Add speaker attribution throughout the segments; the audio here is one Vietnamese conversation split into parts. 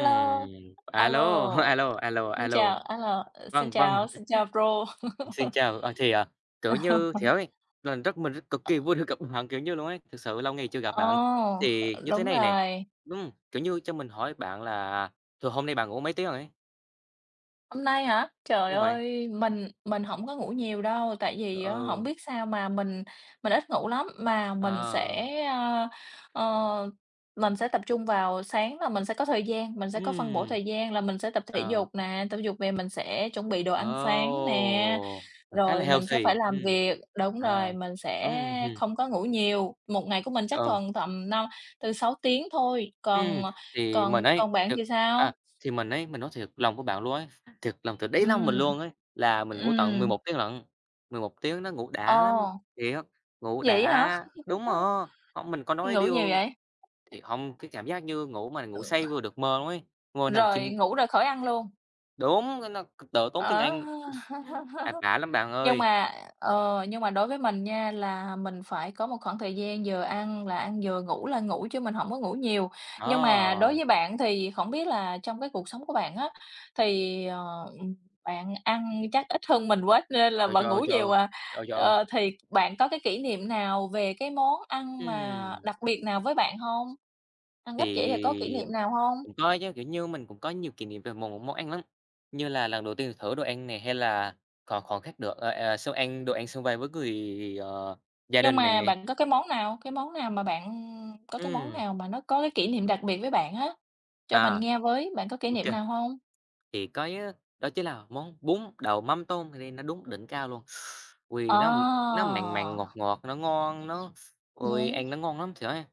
Speaker 1: Alo,
Speaker 2: Alo,
Speaker 1: alo,
Speaker 2: alo, alo, alo.
Speaker 1: alo,
Speaker 2: Vâng, vâng,
Speaker 1: xin chào bro.
Speaker 2: xin chào. Ờ, thì, à, kiểu như, thì ấy, là rất mình cực kỳ vui được gặp bạn, kiểu như, luôn ấy, thực sự lâu ngày chưa gặp bạn.
Speaker 1: Ồ,
Speaker 2: Thì như thế
Speaker 1: đúng
Speaker 2: này nè,
Speaker 1: rồi.
Speaker 2: đúng kiểu như, cho mình hỏi bạn là thường hôm nay bạn ngủ mấy tiếng rồi ấy?
Speaker 1: Hôm nay hả? Trời
Speaker 2: Đúng vậy,
Speaker 1: ơi, mình không có ngủ nhiều đâu, tại vì á hổng
Speaker 2: ừ,
Speaker 1: biết sao mà mình ít ngủ lắm, mà
Speaker 2: ờ,
Speaker 1: ờ, mình sẽ tập trung vào sáng là mình sẽ có thời gian, mình sẽ có phân bổ
Speaker 2: ừm,
Speaker 1: thời gian là mình sẽ tập thể
Speaker 2: ờ,
Speaker 1: dục nè, tập thể dục về mình sẽ chuẩn bị đồ ăn sáng nè.
Speaker 2: ồ, khá là
Speaker 1: Rồi mình sẽ phải
Speaker 2: healthy,
Speaker 1: làm việc đúng
Speaker 2: à,
Speaker 1: rồi, mình sẽ không có ngủ nhiều, một ngày của mình chắc
Speaker 2: ừ.
Speaker 1: còn tầm năm từ 6 tiếng thôi, còn,
Speaker 2: Ừm,
Speaker 1: ờ,
Speaker 2: thì mình
Speaker 1: còn
Speaker 2: ấy
Speaker 1: còn bạn
Speaker 2: thực
Speaker 1: thì sao?
Speaker 2: à, thì mình ấy, mình nói thiệt lòng của bạn luôn ấy, thiệt lòng từ đáy lòng mình
Speaker 1: Ừm,
Speaker 2: luôn ấy, là mình ngủ tận mười
Speaker 1: ừm,
Speaker 2: một tiếng lận, 11 tiếng nó ngủ
Speaker 1: ồ,
Speaker 2: đã lắm, thiệt, ngủ
Speaker 1: vậy hả?
Speaker 2: đã đúng rồi, hông, mình có nói
Speaker 1: Ngủ nhiều
Speaker 2: điều
Speaker 1: vậy?
Speaker 2: thì hông, cái cảm giác như ngủ mà ngủ
Speaker 1: Ừ.
Speaker 2: say vừa được mơ luôn ấy, ngồi nằm
Speaker 1: Rồi
Speaker 2: chìm
Speaker 1: ngủ rồi khỏi ăn luôn?
Speaker 2: đúng, cái nó cực độ tốn tiếng
Speaker 1: Ờ.
Speaker 2: Anh, cãi vã lắm bạn
Speaker 1: Nhưng
Speaker 2: ơi.
Speaker 1: mà nhưng mà đối với mình nha là mình phải có một khoảng thời gian vừa ăn là ăn, vừa ngủ là ngủ chứ mình không có ngủ nhiều. Nhưng mà đối
Speaker 2: Đó,
Speaker 1: với bạn thì không biết là trong cái cuộc sống của bạn á, thì, ờ, ừm, bạn ăn chắc ít hơn mình quá nên là
Speaker 2: trời,
Speaker 1: bạn
Speaker 2: trời
Speaker 1: ngủ
Speaker 2: ơi, trời
Speaker 1: nhiều
Speaker 2: ơi,
Speaker 1: à.
Speaker 2: trời ơi, trời ơi,
Speaker 1: Ờ, thì bạn có cái kỷ niệm nào về cái món ăn mà
Speaker 2: ừm.
Speaker 1: đặc biệt nào với bạn không? Ăn ít vậy thì có kỷ
Speaker 2: Thì
Speaker 1: niệm nào không?
Speaker 2: cũng có chứ, kiểu như, mình cũng có nhiều kỷ niệm về một món ăn lắm, như là lần đầu tiên thử đồ ăn này hay là còn còn khắc được, ờ, ờ, sau ăn đồ ăn xung vầy với người, ờ, gia
Speaker 1: Nhưng
Speaker 2: đình nè.
Speaker 1: mà bạn có cái món nào mà bạn có cái món
Speaker 2: Ừm,
Speaker 1: nào mà nó có cái kỷ niệm đặc biệt với bạn á? Cho mình
Speaker 2: à,
Speaker 1: nghe với, bạn có kỷ niệm
Speaker 2: ok
Speaker 1: nào hông?
Speaker 2: thì có á, đó chính là món bún đậu mắm tôm, thì nó đúng đỉnh cao luôn. Ôi,
Speaker 1: Ờ,
Speaker 2: nó mặn mặn, ngọt ngọt, nó ngon, nó ôi,
Speaker 1: muốn
Speaker 2: ăn nó ngon lắm, trời ơi!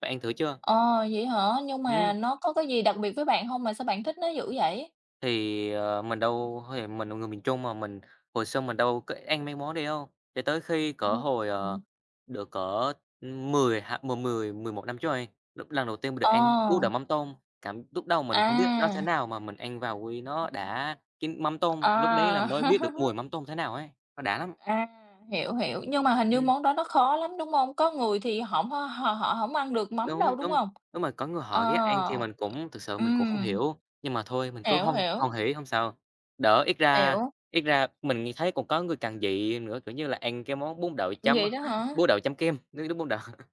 Speaker 2: Bạn ăn thử chưa?
Speaker 1: ờ, vậy hả? Nhưng mà
Speaker 2: Ừm.
Speaker 1: nó có cái gì đặc biệt với bạn hông mà sao bạn thích nó dữ vậy?
Speaker 2: Thì, ờ, mình đâu thì mình là người miền Trung mà, mình hồi xưa mình đâu có ăn mấy món đấy đâu, cho tới khi cỡ hồi, ờ,
Speaker 1: Ừm,
Speaker 2: được cỡ, 10 hạ h mười mười một năm trước rồi, lúc lần đầu tiên mình được ăn bún đậu
Speaker 1: ờ,
Speaker 2: mắm tôm, cảm lúc đầu mình không biết nó thế
Speaker 1: à,
Speaker 2: nào mà mình ăn vào ôi, nó đã cái mắm tôm, lúc đấy là
Speaker 1: à.
Speaker 2: mới biết được mùi mắm tôm thế nào ấy, nó đã lắm.
Speaker 1: À, hiểu, hiểu, nhưng mà hình như
Speaker 2: Ừm.
Speaker 1: món đó nó khó lắm, đúng hông? Có người thì hổng h họ họ hổng ăn được mắm
Speaker 2: Đúng,
Speaker 1: đâu, đúng
Speaker 2: đúng,
Speaker 1: hông?
Speaker 2: đúng rồi, có người
Speaker 1: Ờ,
Speaker 2: họ ghét ăn thì mình thực sự mình cũng không
Speaker 1: ừm,
Speaker 2: hiểu, nhưng mà thôi mình cứ
Speaker 1: hiểu,
Speaker 2: hoan
Speaker 1: hiểu,
Speaker 2: hoan hỉ hông sao, đỡ
Speaker 1: hiểu,
Speaker 2: ít ra mình nghĩ thấy còn có người càng dị nữa, kiểu như là, ăn cái món bún đậu chấm
Speaker 1: vậy đó hả?
Speaker 2: bún đậu chấm kem, nước nước bún đậu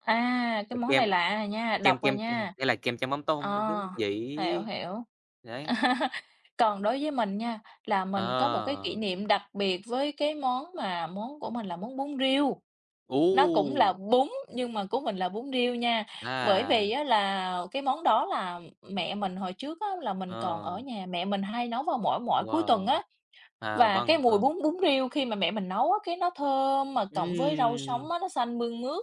Speaker 1: À, cái
Speaker 2: rồi
Speaker 1: món
Speaker 2: kem
Speaker 1: này lạ à nha,
Speaker 2: kem
Speaker 1: độc à
Speaker 2: kem k hay
Speaker 1: nha.
Speaker 2: là kem chấm mắm tôm,
Speaker 1: Ờ,
Speaker 2: đúng
Speaker 1: hiểu,
Speaker 2: dị,
Speaker 1: hiểu.
Speaker 2: đấy.
Speaker 1: Còn đối với mình nha, là mình có một cái
Speaker 2: Ờ,
Speaker 1: kỷ niệm đặc biệt với cái món mà món của mình là món bún riêu. Nó cũng là
Speaker 2: u,
Speaker 1: bún nhưng mà của mình là bún riêu nha. Bởi
Speaker 2: à,
Speaker 1: vì á là cái món đó là mẹ mình hồi trước á là mình còn
Speaker 2: ờ,
Speaker 1: ở nhà, mẹ mình hay nấu vào mỗi mỗi cuối tuần
Speaker 2: wow,
Speaker 1: á,
Speaker 2: à,
Speaker 1: và cái
Speaker 2: vâng,
Speaker 1: mùi
Speaker 2: ờ,
Speaker 1: bún bún riêu khi mà mẹ mình nấu á, cái nó thơm mà cộng với rau
Speaker 2: ừm,
Speaker 1: sống á, nó xanh mơn mướt,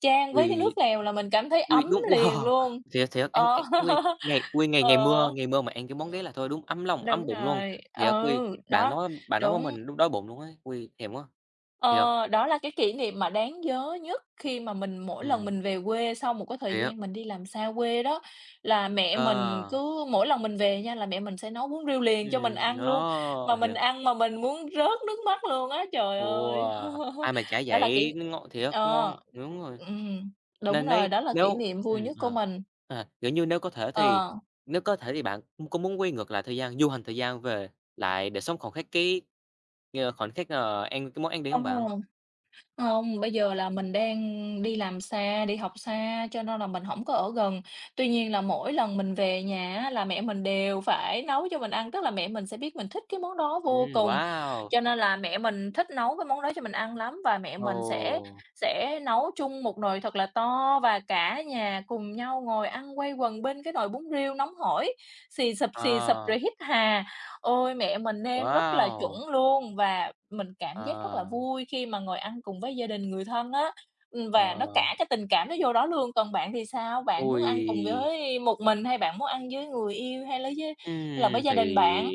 Speaker 1: chan với cái
Speaker 2: vì
Speaker 1: nước lèo là mình cảm thấy
Speaker 2: ui,
Speaker 1: ấm
Speaker 2: đúng
Speaker 1: liền
Speaker 2: wow,
Speaker 1: luôn.
Speaker 2: thiệt, thiệt, ăn
Speaker 1: Ờ,
Speaker 2: ăn ui, ngày
Speaker 1: ờ,
Speaker 2: ngày mưa mà ăn cái món đấy là thôi đúng ấm lòng, ấm
Speaker 1: đúng
Speaker 2: bụng luôn.
Speaker 1: rồi,
Speaker 2: Thiệt, ui,
Speaker 1: ừ,
Speaker 2: bạn
Speaker 1: đó,
Speaker 2: nói bạn nói với mình
Speaker 1: đúng.
Speaker 2: lúc đói bụng luôn ấy, ui, thèm quá, thiệt,
Speaker 1: Ờ, đó là cái kỷ niệm mà đáng nhớ nhất khi mà mình mỗi lần
Speaker 2: ừm,
Speaker 1: mình về quê sau một cái thời
Speaker 2: thiệt,
Speaker 1: gian mình đi làm xa quê đó, là mẹ
Speaker 2: ờ,
Speaker 1: mình cứ mỗi lần mình về nha, là mẹ mình sẽ nấu bún riêu liền cho mình ăn luôn, mà
Speaker 2: đó,
Speaker 1: mình
Speaker 2: thiệt,
Speaker 1: ăn mà mình muốn rớt nước mắt luôn á, trời ơi!
Speaker 2: wow, ai mà chả
Speaker 1: Đó là
Speaker 2: vậy,
Speaker 1: kỷ
Speaker 2: nó ngon thiệt, ngon,
Speaker 1: ờ,
Speaker 2: đúng rồi,
Speaker 1: ừm, đúng
Speaker 2: nên
Speaker 1: rồi,
Speaker 2: đấy
Speaker 1: đó là kỷ
Speaker 2: nếu
Speaker 1: niệm vui nhất của
Speaker 2: ờ,
Speaker 1: mình.
Speaker 2: à, kiểu như,
Speaker 1: Ờ,
Speaker 2: nếu có thể thì bạn có muốn quay ngược lại thời gian, du hành thời gian về lại để sống khoảnh khắc cái, ờ, khoảnh khắc, ờ, ăn cái món ăn đấy
Speaker 1: ờ.
Speaker 2: hông bạn?
Speaker 1: Không, bây giờ là mình đang đi làm xa, đi học xa cho nên là mình không có ở gần. Tuy nhiên là mỗi lần mình về nhà á là mẹ mình đều phải nấu cho mình ăn, tức là mẹ mình sẽ biết mình thích cái món đó vô
Speaker 2: Ừm,
Speaker 1: cùng,
Speaker 2: wow!
Speaker 1: cho nên là mẹ mình thích nấu cái món đó cho mình ăn lắm và mẹ
Speaker 2: Ồ,
Speaker 1: mình sẽ nấu chung một nồi thật là to và cả nhà cùng nhau ngồi ăn quây quần bên cái nồi bún riêu nóng hổi, xì xụp
Speaker 2: ờ,
Speaker 1: rồi hít hà. Ôi, mẹ mình nêm rất là
Speaker 2: wow!
Speaker 1: chuẩn luôn và mình cảm giác rất là
Speaker 2: Ờ,
Speaker 1: vui khi mà ngồi ăn cùng với gia đình, người thân á, và nó
Speaker 2: ờ,
Speaker 1: cả cái tình cảm nó vô đó luôn. Còn bạn thì sao? Bạn muốn ăn cùng
Speaker 2: ôi!
Speaker 1: với một mình hay bạn muốn ăn với người yêu hay lấy với hay là với gia
Speaker 2: Thì
Speaker 1: đình bạn?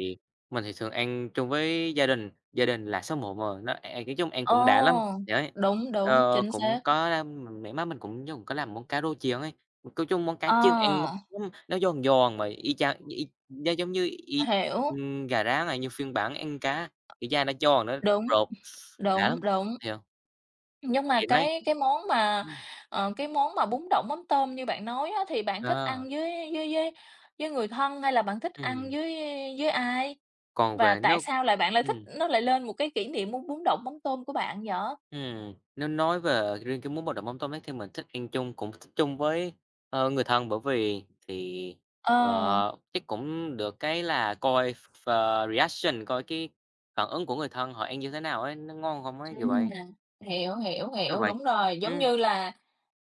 Speaker 2: mình thì thường ăn chung với gia đình là số 1 mà, nó ăn nói chung ăn
Speaker 1: Ờ,
Speaker 2: cũng đã lắm, đấy.
Speaker 1: đúng, đúng,
Speaker 2: Ờ,
Speaker 1: chính
Speaker 2: cũng
Speaker 1: xác.
Speaker 2: có, a, má mình cũng cũng có làm món cá rô chiên ấy, nói chung món cá chiên ăn
Speaker 1: Ờ,
Speaker 2: ngon lắm, nó giòn giòn mà y chang nó giống như y
Speaker 1: hiểu,
Speaker 2: gà rán à, nhưng phiên bản ăn cá, thì da nó giòn, nó
Speaker 1: đúng,
Speaker 2: rột, đã
Speaker 1: đúng,
Speaker 2: lắm.
Speaker 1: đúng.
Speaker 2: Thì, ờ
Speaker 1: Nhưng mà
Speaker 2: thì đấy.
Speaker 1: cái món mà,
Speaker 2: Ừm,
Speaker 1: cái món mà bún đậu mắm tôm như bạn nói á, thì bạn thích ăn
Speaker 2: ờ,
Speaker 1: với người thân hay là bạn thích ăn
Speaker 2: ừm,
Speaker 1: với ai?
Speaker 2: còn
Speaker 1: Và
Speaker 2: về
Speaker 1: tại
Speaker 2: nếu
Speaker 1: sao lại bạn lại thích
Speaker 2: ừm,
Speaker 1: nó lại lên một cái kỷ niệm món bún đậu mắm tôm của bạn vậy?
Speaker 2: nếu nói về riêng cái món bò đậu mắm tôm ấy thì mình thích ăn chung, cũng thích chung với, ờ, người thân bởi vì thì,
Speaker 1: Ờ,
Speaker 2: ờ, chắc cũng được cái là coi ph ph ờ, reaction, coi cái phản ứng của người thân họ ăn như thế nào ấy, nó ngon không ấy, kiểu
Speaker 1: ừm,
Speaker 2: vậy.
Speaker 1: hiểu, hiểu,
Speaker 2: Đúng
Speaker 1: hiểu,
Speaker 2: vậy,
Speaker 1: đúng rồi. Giống
Speaker 2: ừm,
Speaker 1: như là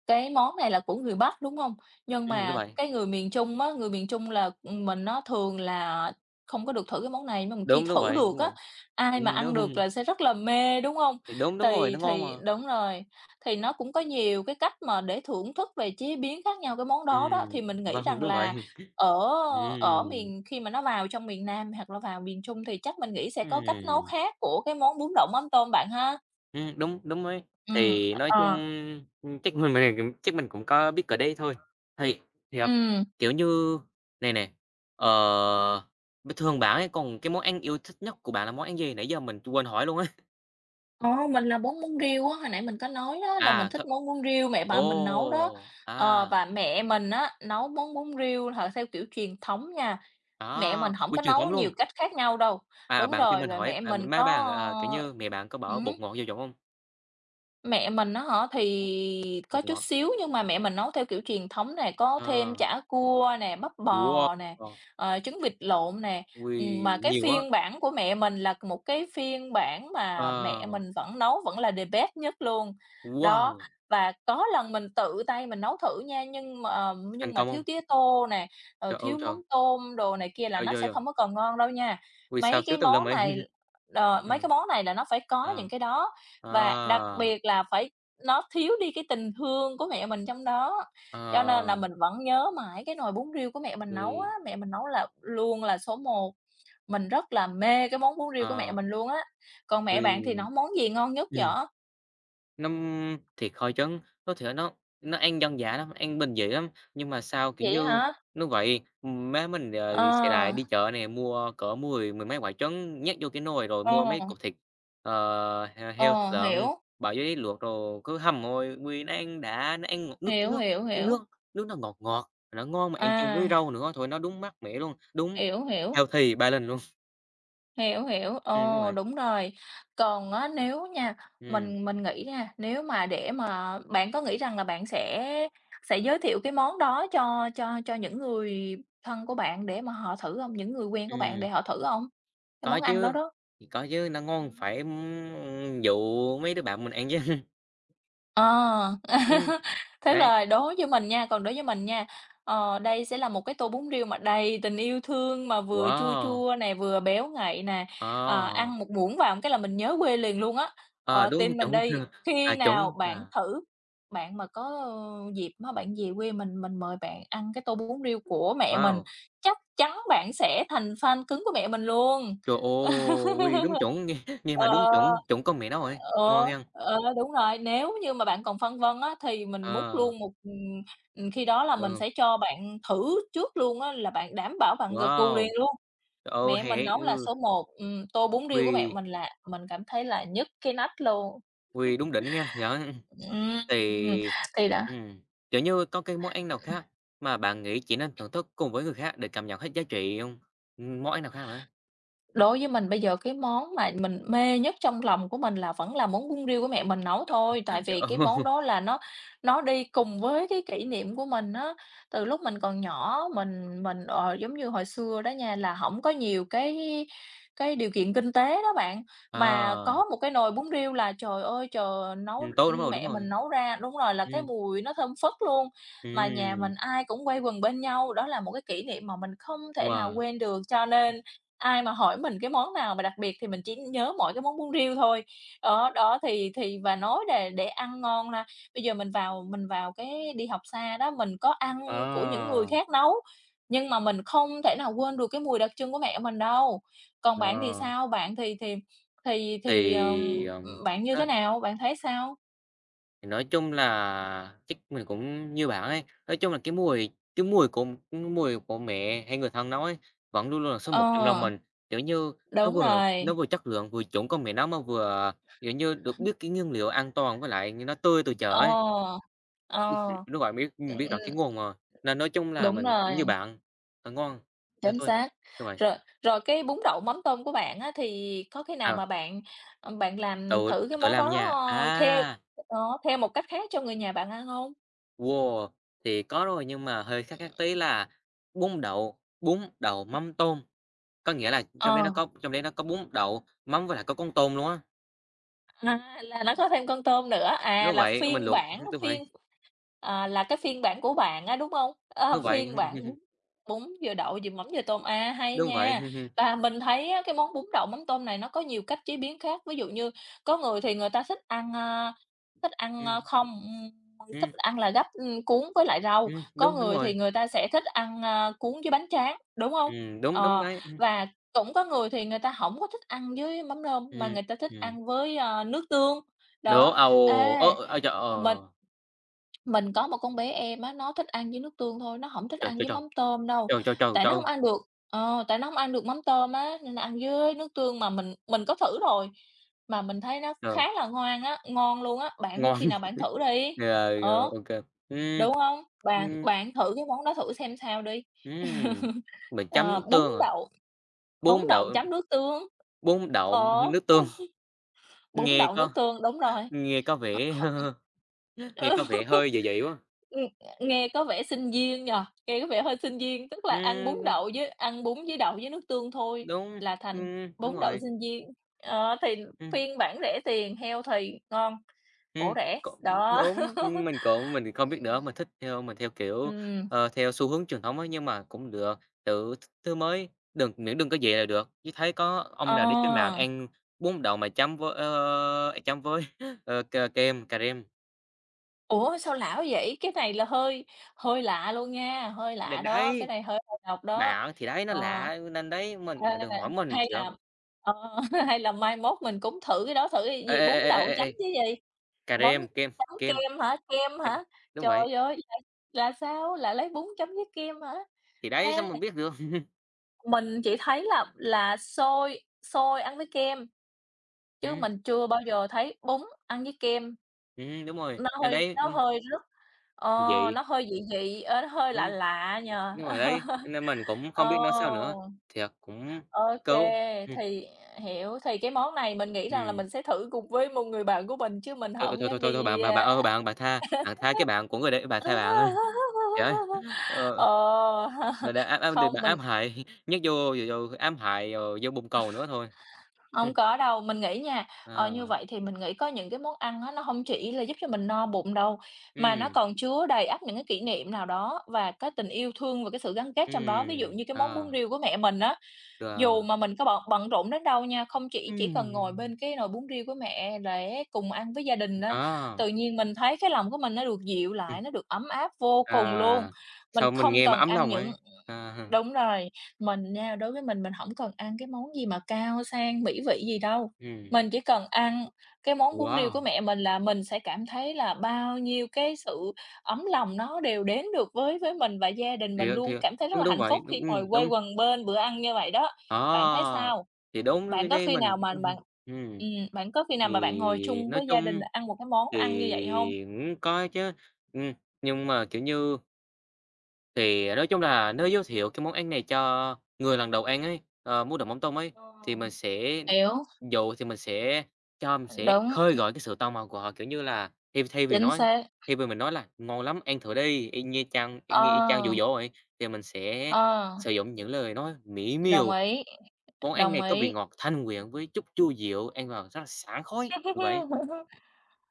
Speaker 1: cái món này là của người Bắc, đúng hông? Nhưng
Speaker 2: ừm, đúng
Speaker 1: mà
Speaker 2: vậy,
Speaker 1: cái người miền Trung á, người miền Trung là, mình á thường là không có được thử cái món này, nhưng mà khi
Speaker 2: đúng
Speaker 1: thử
Speaker 2: vậy,
Speaker 1: được
Speaker 2: đúng
Speaker 1: á,
Speaker 2: vậy,
Speaker 1: ai mà ăn được
Speaker 2: đúng,
Speaker 1: là sẽ rất là mê, đúng hông?
Speaker 2: thì đúng, đúng rồi,
Speaker 1: Thì
Speaker 2: nó ngon
Speaker 1: thì
Speaker 2: mà.
Speaker 1: đúng rồi, thì nó cũng có nhiều cái cách mà để thưởng thức về chế biến khác nhau cái món đó đó,
Speaker 2: Ừm,
Speaker 1: thì mình nghĩ
Speaker 2: vâng,
Speaker 1: rằng
Speaker 2: đúng vậy,
Speaker 1: là ở ở
Speaker 2: ừm,
Speaker 1: miền khi mà nó vào trong miền Nam hoặc là vào miền Trung thì chắc mình nghĩ sẽ có cách nấu
Speaker 2: ừm.
Speaker 1: khác của cái món bún đậu mắm tôm bạn ha?
Speaker 2: Đúng, đúng ấy.
Speaker 1: Ừm,
Speaker 2: Thì nói chung,
Speaker 1: ờ,
Speaker 2: chắc mình chắc mình cũng có biết cỡ đấy thôi. Thì thì, ờ,
Speaker 1: ừm.
Speaker 2: kiểu như, này nè, ờ, bình thường bạn ấy còn cái món ăn yêu thích nhất của bạn là món ăn gì? Nãy giờ mình quên hỏi luôn á.
Speaker 1: Ờ, mình là bún bún riêu á, hồi nãy mình có nói đó là mình
Speaker 2: À, th
Speaker 1: thích món bún riêu mẹ bà
Speaker 2: ồ,
Speaker 1: mình nấu đó. Ờ,
Speaker 2: à,
Speaker 1: và mẹ mình á, nấu món bún riêu là theo kiểu truyền thống nha, mẹ mình
Speaker 2: đó,
Speaker 1: hổng
Speaker 2: quy
Speaker 1: có
Speaker 2: truyền thống
Speaker 1: nấu nhiều
Speaker 2: luôn.
Speaker 1: cách khác nhau đâu.
Speaker 2: À,
Speaker 1: Đúng
Speaker 2: bạn cho
Speaker 1: rồi,
Speaker 2: mình
Speaker 1: và
Speaker 2: hỏi,
Speaker 1: mẹ
Speaker 2: à,
Speaker 1: mình
Speaker 2: má
Speaker 1: có,
Speaker 2: bạn, ờ, kiểu
Speaker 1: ơ
Speaker 2: như, mẹ bạn có bỏ bột
Speaker 1: ừm.
Speaker 2: ngọt vô giọng hông?
Speaker 1: Mẹ mình á hả?
Speaker 2: Bột
Speaker 1: Thì có
Speaker 2: bột
Speaker 1: chút
Speaker 2: ngọt
Speaker 1: xíu nhưng mà mẹ mình nấu theo kiểu truyền thống nè, có
Speaker 2: ờ,
Speaker 1: thêm chả cua nè, bắp
Speaker 2: wow,
Speaker 1: bò nè, trứng vịt lộn nè. Mà
Speaker 2: ôi,
Speaker 1: cái
Speaker 2: nhiều á,
Speaker 1: phiên bản của mẹ mình là một cái phiên bản mà
Speaker 2: ờ,
Speaker 1: mẹ mình vẫn nấu vẫn là the best nhất luôn. Đó,
Speaker 2: wow,
Speaker 1: và có lần mình tự tay mình nấu thử nha, nhưng mà,
Speaker 2: thành
Speaker 1: nhưng mà
Speaker 2: công
Speaker 1: thiếu
Speaker 2: hông?
Speaker 1: tía tô nè, rồi
Speaker 2: Trời ơi
Speaker 1: thiếu
Speaker 2: trời!
Speaker 1: mắm tôm đồ này kia là
Speaker 2: Rồi,
Speaker 1: nó
Speaker 2: rồi,
Speaker 1: sẽ
Speaker 2: rồi.
Speaker 1: không có còn ngon đâu nha.
Speaker 2: Ôi, sao
Speaker 1: Mấy cái
Speaker 2: thiếu tùm lum
Speaker 1: món
Speaker 2: vậy?
Speaker 1: này mấy
Speaker 2: Ờ.
Speaker 1: cái món này là nó phải có những
Speaker 2: Ờ,
Speaker 1: cái đó. Và đặc
Speaker 2: ờ,
Speaker 1: biệt là phải nó thiếu đi cái tình thương của mẹ mình trong đó, cho nên là
Speaker 2: ờ,
Speaker 1: mình vẫn nhớ mãi cái nồi bún riêu của mẹ mình nấu á,
Speaker 2: we,
Speaker 1: mẹ mình nấu là luôn là số một. Mình rất là mê cái món bún riêu của mẹ
Speaker 2: ờ,
Speaker 1: mình luôn á. Còn mẹ
Speaker 2: we,
Speaker 1: bạn thì nấu món gì ngon nhất
Speaker 2: ừm.
Speaker 1: vậy?
Speaker 2: Nó thiệt khó chấn, có thể nó ăn dân dã lắm, ăn bình dị lắm, nhưng mà sao, kiểu
Speaker 1: Vậy
Speaker 2: như,
Speaker 1: hả?
Speaker 2: nó vậy, má mình, ờ, sẽ đại
Speaker 1: Ờ,
Speaker 2: đi chợ nè, mua cỡ mười mười mấy quả trứng nhét vô cái nồi rồi mua
Speaker 1: ờ,
Speaker 2: mấy cục thịt, ờ, heo, thịt
Speaker 1: ờ,
Speaker 2: lợn,
Speaker 1: hiểu,
Speaker 2: bỏ giấy luộc rồi cứ hầm thôi, ui, nó ăn đã, nó ăn ngọt nước
Speaker 1: hiểu,
Speaker 2: nước,
Speaker 1: hiểu,
Speaker 2: cái nước
Speaker 1: hiểu.
Speaker 2: nước nó ngọt ngọt, nó ngon mà ăn chung với
Speaker 1: À,
Speaker 2: rau nữa, thôi nó đúng mát mẻ luôn, đúng
Speaker 1: hiểu, hiểu.
Speaker 2: healthy balance luôn.
Speaker 1: Hiểu, hiểu.
Speaker 2: Đúng
Speaker 1: Ồ,
Speaker 2: rồi,
Speaker 1: đúng rồi. Còn á, nếu nha,
Speaker 2: ừm,
Speaker 1: mình nghĩ nha, nếu mà để mà bạn có nghĩ rằng là bạn sẽ giới thiệu cái món đó cho những người thân của bạn để mà họ thử không? Những người quen của bạn
Speaker 2: ừm.
Speaker 1: để họ thử không? Cái
Speaker 2: Có
Speaker 1: món ăn đó
Speaker 2: chứ,
Speaker 1: đó.
Speaker 2: có chứ, nó ngon phải, dụ mấy đứa bạn mình ăn chứ.
Speaker 1: Ờ,
Speaker 2: Ừm,
Speaker 1: thế
Speaker 2: đấy,
Speaker 1: là đối với mình nha còn đối với mình nha, ờ, đây sẽ là một cái tô bún riêu mà đầy tình yêu thương, mà vừa chua
Speaker 2: wow,
Speaker 1: chua này vừa béo ngậy nè,
Speaker 2: ờ,
Speaker 1: ăn một muỗng vào cái là mình nhớ quê liền luôn á.
Speaker 2: ờ,
Speaker 1: Ờ,
Speaker 2: đúng
Speaker 1: tin mình
Speaker 2: chuẩn,
Speaker 1: đi, khi
Speaker 2: à, chuẩn,
Speaker 1: nào bạn
Speaker 2: à,
Speaker 1: thử, bạn mà có, ơ, dịp mà bạn về quê mình mời bạn ăn cái tô bún riêu của mẹ mình,
Speaker 2: wow,
Speaker 1: chắc chắn bạn sẽ thành fan cứng của mẹ mình luôn.
Speaker 2: trời ơi, đúng chuẩn, nghe mà
Speaker 1: Ờ,
Speaker 2: đúng chuẩn, chuẩn con mẹ nó rồi, ngon
Speaker 1: ờ,
Speaker 2: nghen,
Speaker 1: ờ, đúng rồi. Nếu như mà bạn còn phân vân á, thì mình múc
Speaker 2: ờ,
Speaker 1: luôn một khi đó là mình
Speaker 2: ừ,
Speaker 1: sẽ cho bạn thử trước luôn á, là bạn đảm bảo bạn gật gù liền
Speaker 2: wow,
Speaker 1: luôn.
Speaker 2: trời ơi,
Speaker 1: Mẹ
Speaker 2: hay
Speaker 1: mình
Speaker 2: ấy,
Speaker 1: nấu là
Speaker 2: ừ,
Speaker 1: số một. Tô bún riêu của mẹ
Speaker 2: ôi,
Speaker 1: mình là mình cảm thấy là nhức cái nách luôn.
Speaker 2: ôi, đúng đỉnh nghen. Đó,
Speaker 1: Ừm, ừm,
Speaker 2: thì
Speaker 1: thì đó
Speaker 2: ừm, kiểu như, có cái món ăn nào khác mà bạn nghĩ chỉ nên thưởng thức cùng với người khác để cảm nhận hết giá trị không? Món ăn nào khác nữa?
Speaker 1: Đối với mình bây giờ cái món mà mình mê nhất trong lòng của mình là vẫn là món bún riêu của mẹ mình nấu thôi, tại
Speaker 2: Kiểu
Speaker 1: vì cái món đó là nó đi cùng với cái kỷ niệm của mình á. Từ lúc mình còn nhỏ giống như hồi xưa đó nha, là không có nhiều cái điều kiện kinh tế đó bạn, mà
Speaker 2: à,
Speaker 1: có một cái nồi bún riêu là, trời ơi, trời,
Speaker 2: tốt, đúng rồi, đúng
Speaker 1: mẹ mình
Speaker 2: rồi.
Speaker 1: nấu ra đúng rồi, là
Speaker 2: Ừ,
Speaker 1: cái mùi nó thơm phức luôn, mà nhà mình
Speaker 2: ừ,
Speaker 1: ai cũng quây quần bên nhau, đó là một cái kỷ niệm mà mình không thể nào
Speaker 2: wow,
Speaker 1: quên được. Cho nên ai mà hỏi mình cái món nào mà đặc biệt thì mình chỉ nhớ mỗi cái món bún riêu thôi. Đó, đó, thì và nói để ăn ngon ha, bây giờ mình vào cái đi học xa đó, mình có ăn của những
Speaker 2: à,
Speaker 1: người khác nấu, nhưng mà mình không thể nào quên được cái mùi đặc trưng của mẹ mình đâu. Còn bạn thì
Speaker 2: ờ,
Speaker 1: sao? Bạn thì,
Speaker 2: thì,
Speaker 1: Bạn như
Speaker 2: nói
Speaker 1: thế nào? Bạn thấy sao?
Speaker 2: thì nói chung là chắc mình cũng như bạn ấy, nói chung là cái mùi của cái mùi của mẹ hay người thân nấu ấy, vẫn luôn luôn là số một trong lòng
Speaker 1: Ờ,
Speaker 2: mình, kiểu như,
Speaker 1: đúng
Speaker 2: nó
Speaker 1: rồi.
Speaker 2: vừa chất lượng, vừa chuẩn con mẹ nấu mà vừa, kiểu như, được biết cái nguyên liệu an toàn với lại nó tươi từ chợ ấy.
Speaker 1: Ờ, ờ,
Speaker 2: Đúng rồi, biết, biết rõ
Speaker 1: ừm,
Speaker 2: tiếng nguồn mà, nên nói chung là
Speaker 1: đúng
Speaker 2: mình cũng như
Speaker 1: rồi.
Speaker 2: bạn, ờ, ngon, thế
Speaker 1: Chính
Speaker 2: thôi.
Speaker 1: xác.
Speaker 2: Đúng rồi,
Speaker 1: Rồi rồi cái bún đậu mắm tôm của bạn á, thì có khi nào
Speaker 2: à,
Speaker 1: mà bạn làm
Speaker 2: tự
Speaker 1: thử cái
Speaker 2: tự
Speaker 1: món
Speaker 2: làm ở
Speaker 1: đó,
Speaker 2: nhà,
Speaker 1: ờ, theo
Speaker 2: à,
Speaker 1: ờ, theo một cách khác cho người nhà bạn ăn hông?
Speaker 2: wow, thì có rồi nhưng mà hơi khác khác tí là bún đậu mắm tôm, có nghĩa là
Speaker 1: Ờ.
Speaker 2: trong đấy nó có bún đậu, mắm với lại có con tôm luôn á.
Speaker 1: À, là nó có thêm con tôm nữa, à,
Speaker 2: Đúng
Speaker 1: là
Speaker 2: vậy, mình
Speaker 1: phiên
Speaker 2: luộc
Speaker 1: bản
Speaker 2: đúng vậy,
Speaker 1: phiên à, là cái phiên bản của bạn á, đúng hông? Ờ,
Speaker 2: đúng vậy,
Speaker 1: phiên bản bún bún dừa đậu, dừa mắm, dừa tôm, à, hay
Speaker 2: đúng vậy,
Speaker 1: nha. Và mình thấy á, cái món bún đậu mắm tôm này nó có nhiều cách chế biến khác, ví dụ như có người thì người ta thích ăn, a,
Speaker 2: ừm,
Speaker 1: không, thích
Speaker 2: ừm,
Speaker 1: ăn là gắp, cuốn với lại rau, có
Speaker 2: đúng, đúng
Speaker 1: người
Speaker 2: rồi,
Speaker 1: thì người ta sẽ thích ăn, a, cuốn với bánh tráng, đúng hông?
Speaker 2: đúng, đúng
Speaker 1: Ờ,
Speaker 2: đấy,
Speaker 1: và cũng có người thì người ta hổng có thích ăn với mắm nêm, mà
Speaker 2: ừm,
Speaker 1: người ta thích
Speaker 2: ừm,
Speaker 1: ăn với, nước tương.
Speaker 2: nữa,
Speaker 1: Đó,
Speaker 2: ồ, ớ,
Speaker 1: à,
Speaker 2: ơ, trời,
Speaker 1: mình
Speaker 2: ờ,
Speaker 1: mình có một con bé em á, nó thích ăn với nước tương thôi, nó hổng thích
Speaker 2: trời,
Speaker 1: ăn
Speaker 2: trời,
Speaker 1: với
Speaker 2: trời!
Speaker 1: mắm tôm đâu,
Speaker 2: Trời, trời, trời,
Speaker 1: tại
Speaker 2: trời
Speaker 1: nó
Speaker 2: ơi!
Speaker 1: hông ăn được tại nó hông ăn được mắm tôm á, nên là ăn với nước tương. Mà mình có thử rồi, mà mình thấy nó
Speaker 2: Ờ,
Speaker 1: khá là ngoan á, ngon luôn á, bạn
Speaker 2: ngon,
Speaker 1: khi nào bạn thử đi.
Speaker 2: rồi, rồi,
Speaker 1: Ờ,
Speaker 2: ô kê. Ừm,
Speaker 1: đúng hông? Bạn
Speaker 2: ừm,
Speaker 1: bạn thử cái món đó thử xem sao đi.
Speaker 2: ừm, mình chấm
Speaker 1: Ờ,
Speaker 2: nước
Speaker 1: bún
Speaker 2: tương à?
Speaker 1: đậu bún
Speaker 2: Bún
Speaker 1: đậu
Speaker 2: đậu
Speaker 1: chấm nước tương,
Speaker 2: bún đậu
Speaker 1: ờ.
Speaker 2: nước tương,
Speaker 1: Bún
Speaker 2: nghe
Speaker 1: đậu
Speaker 2: có
Speaker 1: nước tương, đúng rồi.
Speaker 2: nghe có vẻ nghe có
Speaker 1: Ừ,
Speaker 2: vẻ hơi dị dị quá.
Speaker 1: ừm, nghe có vẻ sinh viên nhỉ, nghe có vẻ hơi sinh viên, tức là ăn bún
Speaker 2: Ừm,
Speaker 1: đậu với ăn bún với đậu với nước tương thôi
Speaker 2: đúng,
Speaker 1: là thành
Speaker 2: đúng
Speaker 1: bún đậu
Speaker 2: rồi,
Speaker 1: sinh viên. Ờ, thì
Speaker 2: ừm.
Speaker 1: phiên bản rẻ tiền, healthy, ngon, bổ
Speaker 2: Ừm,
Speaker 1: rẻ,
Speaker 2: cũng
Speaker 1: đó.
Speaker 2: đúng, mình không biết nữa, mình theo, kiểu,
Speaker 1: Ừm,
Speaker 2: ờ, theo xu hướng truyền thống ấy, nhưng mà cũng được, thử thứ mới, đừng có vậy là được. Chứ thấy có ông nào đi trên mạng
Speaker 1: ờ,
Speaker 2: ăn bún đậu mà chấm với ơ, chấm với, ờ, kem, cà rem,
Speaker 1: ủa, sao lạ vậy? Cái này là hơi hơi lạ luôn nha, hơi lạ đó, cái
Speaker 2: đấy,
Speaker 1: này hơi đầu độc đó.
Speaker 2: bảo thì đấy, nó
Speaker 1: Ờ.
Speaker 2: lạ nên đấy, mình
Speaker 1: À,
Speaker 2: bạn đừng hỏi mình,
Speaker 1: hay
Speaker 2: trời
Speaker 1: là ờ, hay là mai mốt mình cũng thử cái đó, thử cái
Speaker 2: ơi,
Speaker 1: gì bún đậu
Speaker 2: ê,
Speaker 1: chấm chứ gì?
Speaker 2: cà
Speaker 1: Bún
Speaker 2: rem, kem,
Speaker 1: chấm
Speaker 2: kem,
Speaker 1: kem hả? Kem
Speaker 2: chấm
Speaker 1: hả?
Speaker 2: đúng vậy,
Speaker 1: Trời ơi, là sao? Là lấy bún chấm với kem hả?
Speaker 2: thì
Speaker 1: Ê,
Speaker 2: đấy, sao mình biết được.
Speaker 1: mình chỉ thấy là xôi xôi ăn với kem, chứ
Speaker 2: Ừm,
Speaker 1: mình chưa bao giờ thấy bún ăn với kem,
Speaker 2: đúng rồi,
Speaker 1: nó
Speaker 2: nên
Speaker 1: hơi
Speaker 2: đấy,
Speaker 1: nó hơi rất ờ,
Speaker 2: vậy,
Speaker 1: nó hơi dị dị, ờ, nó hơi lạ
Speaker 2: đúng.
Speaker 1: lạ nhỉ?
Speaker 2: Đúng rồi đấy, cho nên mình cũng không
Speaker 1: Ờ.
Speaker 2: biết nói sao nữa, thiệt cũng mắc
Speaker 1: OK,
Speaker 2: cứu. Ừm,
Speaker 1: thì hiểu, thì cái món này mình nghĩ rằng là
Speaker 2: ừm,
Speaker 1: mình sẽ thử cùng với một người bạn của mình chứ mình hổng dám
Speaker 2: thôi, bạn
Speaker 1: đi,
Speaker 2: bạn bạn
Speaker 1: a
Speaker 2: ơi, bạn bạn tha cái bạn của người đấy, bạn tha bạn ơi. Trời ơi, ờ,
Speaker 1: Ờ,
Speaker 2: người đã ám ám thì
Speaker 1: không,
Speaker 2: bạn
Speaker 1: mình
Speaker 2: ám hại, nhét vô rồi rồi ám hại rồi vô bồn cầu nữa thôi. Ừm,
Speaker 1: hông có đâu. Mình nghĩ nha, ờ, như
Speaker 2: ờ,
Speaker 1: vậy thì mình nghĩ có những cái món ăn á, nó hông chỉ là giúp cho mình no bụng đâu, mà nó
Speaker 2: ừm,
Speaker 1: còn chứa đầy ắp những cái kỷ niệm nào đó và cái tình yêu thương và cái sự gắn kết trong đó. Ví dụ như cái món bún
Speaker 2: ờ,
Speaker 1: riêu của mẹ mình á.
Speaker 2: ờ,
Speaker 1: Dù mà mình có bận bận rộn đến đâu nha, không chỉ cần ngồi
Speaker 2: ừm,
Speaker 1: bên cái nồi bún riêu của mẹ để cùng ăn với gia đình á, tự
Speaker 2: đó,
Speaker 1: nhiên mình thấy cái lòng của mình nó được dịu lại,
Speaker 2: ừm,
Speaker 1: nó được ấm áp vô cùng luôn.
Speaker 2: à,
Speaker 1: Mình
Speaker 2: sao mình
Speaker 1: không
Speaker 2: nghe mà
Speaker 1: cần
Speaker 2: ấm
Speaker 1: ăn
Speaker 2: lòng
Speaker 1: những
Speaker 2: ấy à,
Speaker 1: Đúng rồi, mình nha, đối với mình hổng cần ăn cái món gì mà cao sang mỹ vị gì đâu,
Speaker 2: ừm,
Speaker 1: mình chỉ cần ăn cái món bún riêu của
Speaker 2: wow,
Speaker 1: mẹ mình là mình sẽ cảm thấy là bao nhiêu cái sự ấm lòng nó đều đến được với mình và gia đình mình
Speaker 2: thiệt,
Speaker 1: luôn
Speaker 2: thiệt,
Speaker 1: cảm thấy rất
Speaker 2: đúng,
Speaker 1: là
Speaker 2: đúng
Speaker 1: hạnh
Speaker 2: vậy,
Speaker 1: phúc
Speaker 2: đúng,
Speaker 1: khi ngồi quây
Speaker 2: đúng.
Speaker 1: quần bên bữa ăn như vậy đó. Bạn thấy
Speaker 2: À,
Speaker 1: sao?
Speaker 2: thì đúng cái
Speaker 1: Bạn có
Speaker 2: đấy
Speaker 1: khi nào
Speaker 2: mình
Speaker 1: mà bạn
Speaker 2: ừm,
Speaker 1: Bạn có khi nào mà bạn ngồi
Speaker 2: thì
Speaker 1: chung
Speaker 2: nói
Speaker 1: với gia đình
Speaker 2: chung
Speaker 1: ăn một cái món ăn như vậy hông?
Speaker 2: thì cũng có chứ, ừm, nhưng mà, kiểu như, thì nói chung là nếu giới thiệu cái món ăn này cho người lần đầu ăn ấy, ờ, muốn làm mắm tôm ấy,
Speaker 1: Ờ.
Speaker 2: thì mình sẽ
Speaker 1: Hiểu,
Speaker 2: thì mình sẽ mình sẽ
Speaker 1: đúng,
Speaker 2: khơi gợi cái sự tò mò của họ, kiểu như là, thay thay vì
Speaker 1: chính
Speaker 2: nói
Speaker 1: xác.
Speaker 2: thay vì mình nói là "Ngon lắm, ăn thử đi", y như chang y như y chang dụ
Speaker 1: Ờ,
Speaker 2: dỗ ấy thì mình sẽ
Speaker 1: ờ.
Speaker 2: sử dụng những lời nói mỹ
Speaker 1: Đồng
Speaker 2: miều
Speaker 1: ý,
Speaker 2: món ăn
Speaker 1: đồng
Speaker 2: này có vị
Speaker 1: ý.
Speaker 2: ngọt thanh quyện với chút chua dịu, ăn vào rất là sảng khoái, như vậy.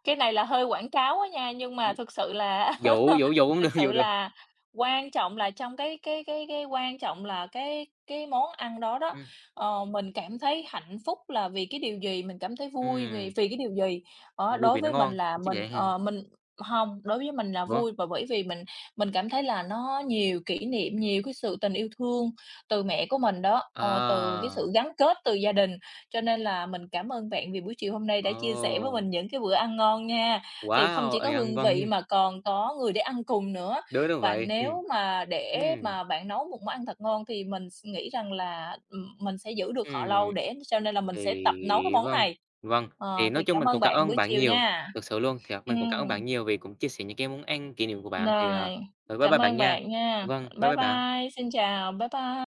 Speaker 1: Cái này là hơi quảng cáo á nha, nhưng mà
Speaker 2: Ừm,
Speaker 1: thực sự là
Speaker 2: dụ dụ dụ cũng được,
Speaker 1: thực
Speaker 2: dụ
Speaker 1: sự
Speaker 2: được.
Speaker 1: là quan trọng là trong cái quan trọng là cái món ăn đó đó,
Speaker 2: Ừm,
Speaker 1: ờ, mình cảm thấy hạnh phúc là vì cái điều gì, mình cảm thấy vui vì
Speaker 2: ừm,
Speaker 1: vì cái điều gì. Đó,
Speaker 2: vui
Speaker 1: đối
Speaker 2: vì nó
Speaker 1: với mình
Speaker 2: ngon,
Speaker 1: là
Speaker 2: chắc
Speaker 1: mình,
Speaker 2: vậy. Ừ,
Speaker 1: ờ, mình Hông, đối với mình là
Speaker 2: ủa?
Speaker 1: vui và bởi vì mình cảm thấy là nó nhiều kỷ niệm, nhiều cái sự tình yêu thương từ mẹ của mình đó, ờ, từ cái
Speaker 2: À,
Speaker 1: sự gắn kết từ gia đình. Cho nên là mình cảm ơn bạn vì buổi chiều hôm nay đã
Speaker 2: ồ,
Speaker 1: chia sẻ với mình những cái bữa ăn ngon nha. Thì không
Speaker 2: wow!
Speaker 1: chỉ
Speaker 2: Ờ,
Speaker 1: có
Speaker 2: ăn
Speaker 1: hương
Speaker 2: vâng,
Speaker 1: vị mà còn có người để ăn cùng nữa.
Speaker 2: đúng đúng
Speaker 1: Và
Speaker 2: vậy. Ừm.
Speaker 1: nếu mà để
Speaker 2: Ừm,
Speaker 1: mà bạn nấu một món ăn thật ngon thì mình s nghĩ rằng là, mình sẽ giữ được họ
Speaker 2: ừm,
Speaker 1: lâu để cho nên là mình sẽ tập nấu cái
Speaker 2: thì
Speaker 1: món
Speaker 2: vâng,
Speaker 1: này.
Speaker 2: vâng, thì
Speaker 1: Ờ, thì
Speaker 2: nói chung
Speaker 1: cảm
Speaker 2: mình
Speaker 1: ơn
Speaker 2: cũng cảm
Speaker 1: bạn
Speaker 2: ơn
Speaker 1: buổi
Speaker 2: bạn
Speaker 1: chiều
Speaker 2: nhiều,
Speaker 1: nha.
Speaker 2: thực sự luôn, thiệt, mình cũng cảm
Speaker 1: Ừm,
Speaker 2: ơn bạn nhiều vì cũng chia sẻ những cái món ăn kỷ niệm của bạn, thì, ờ,
Speaker 1: rồi,
Speaker 2: rồi bye bye
Speaker 1: cảm
Speaker 2: bạn
Speaker 1: ơn
Speaker 2: nha.
Speaker 1: bạn nha.
Speaker 2: Vâng, bye
Speaker 1: Bye
Speaker 2: bye bạn.
Speaker 1: bye, xin chào, bye bye.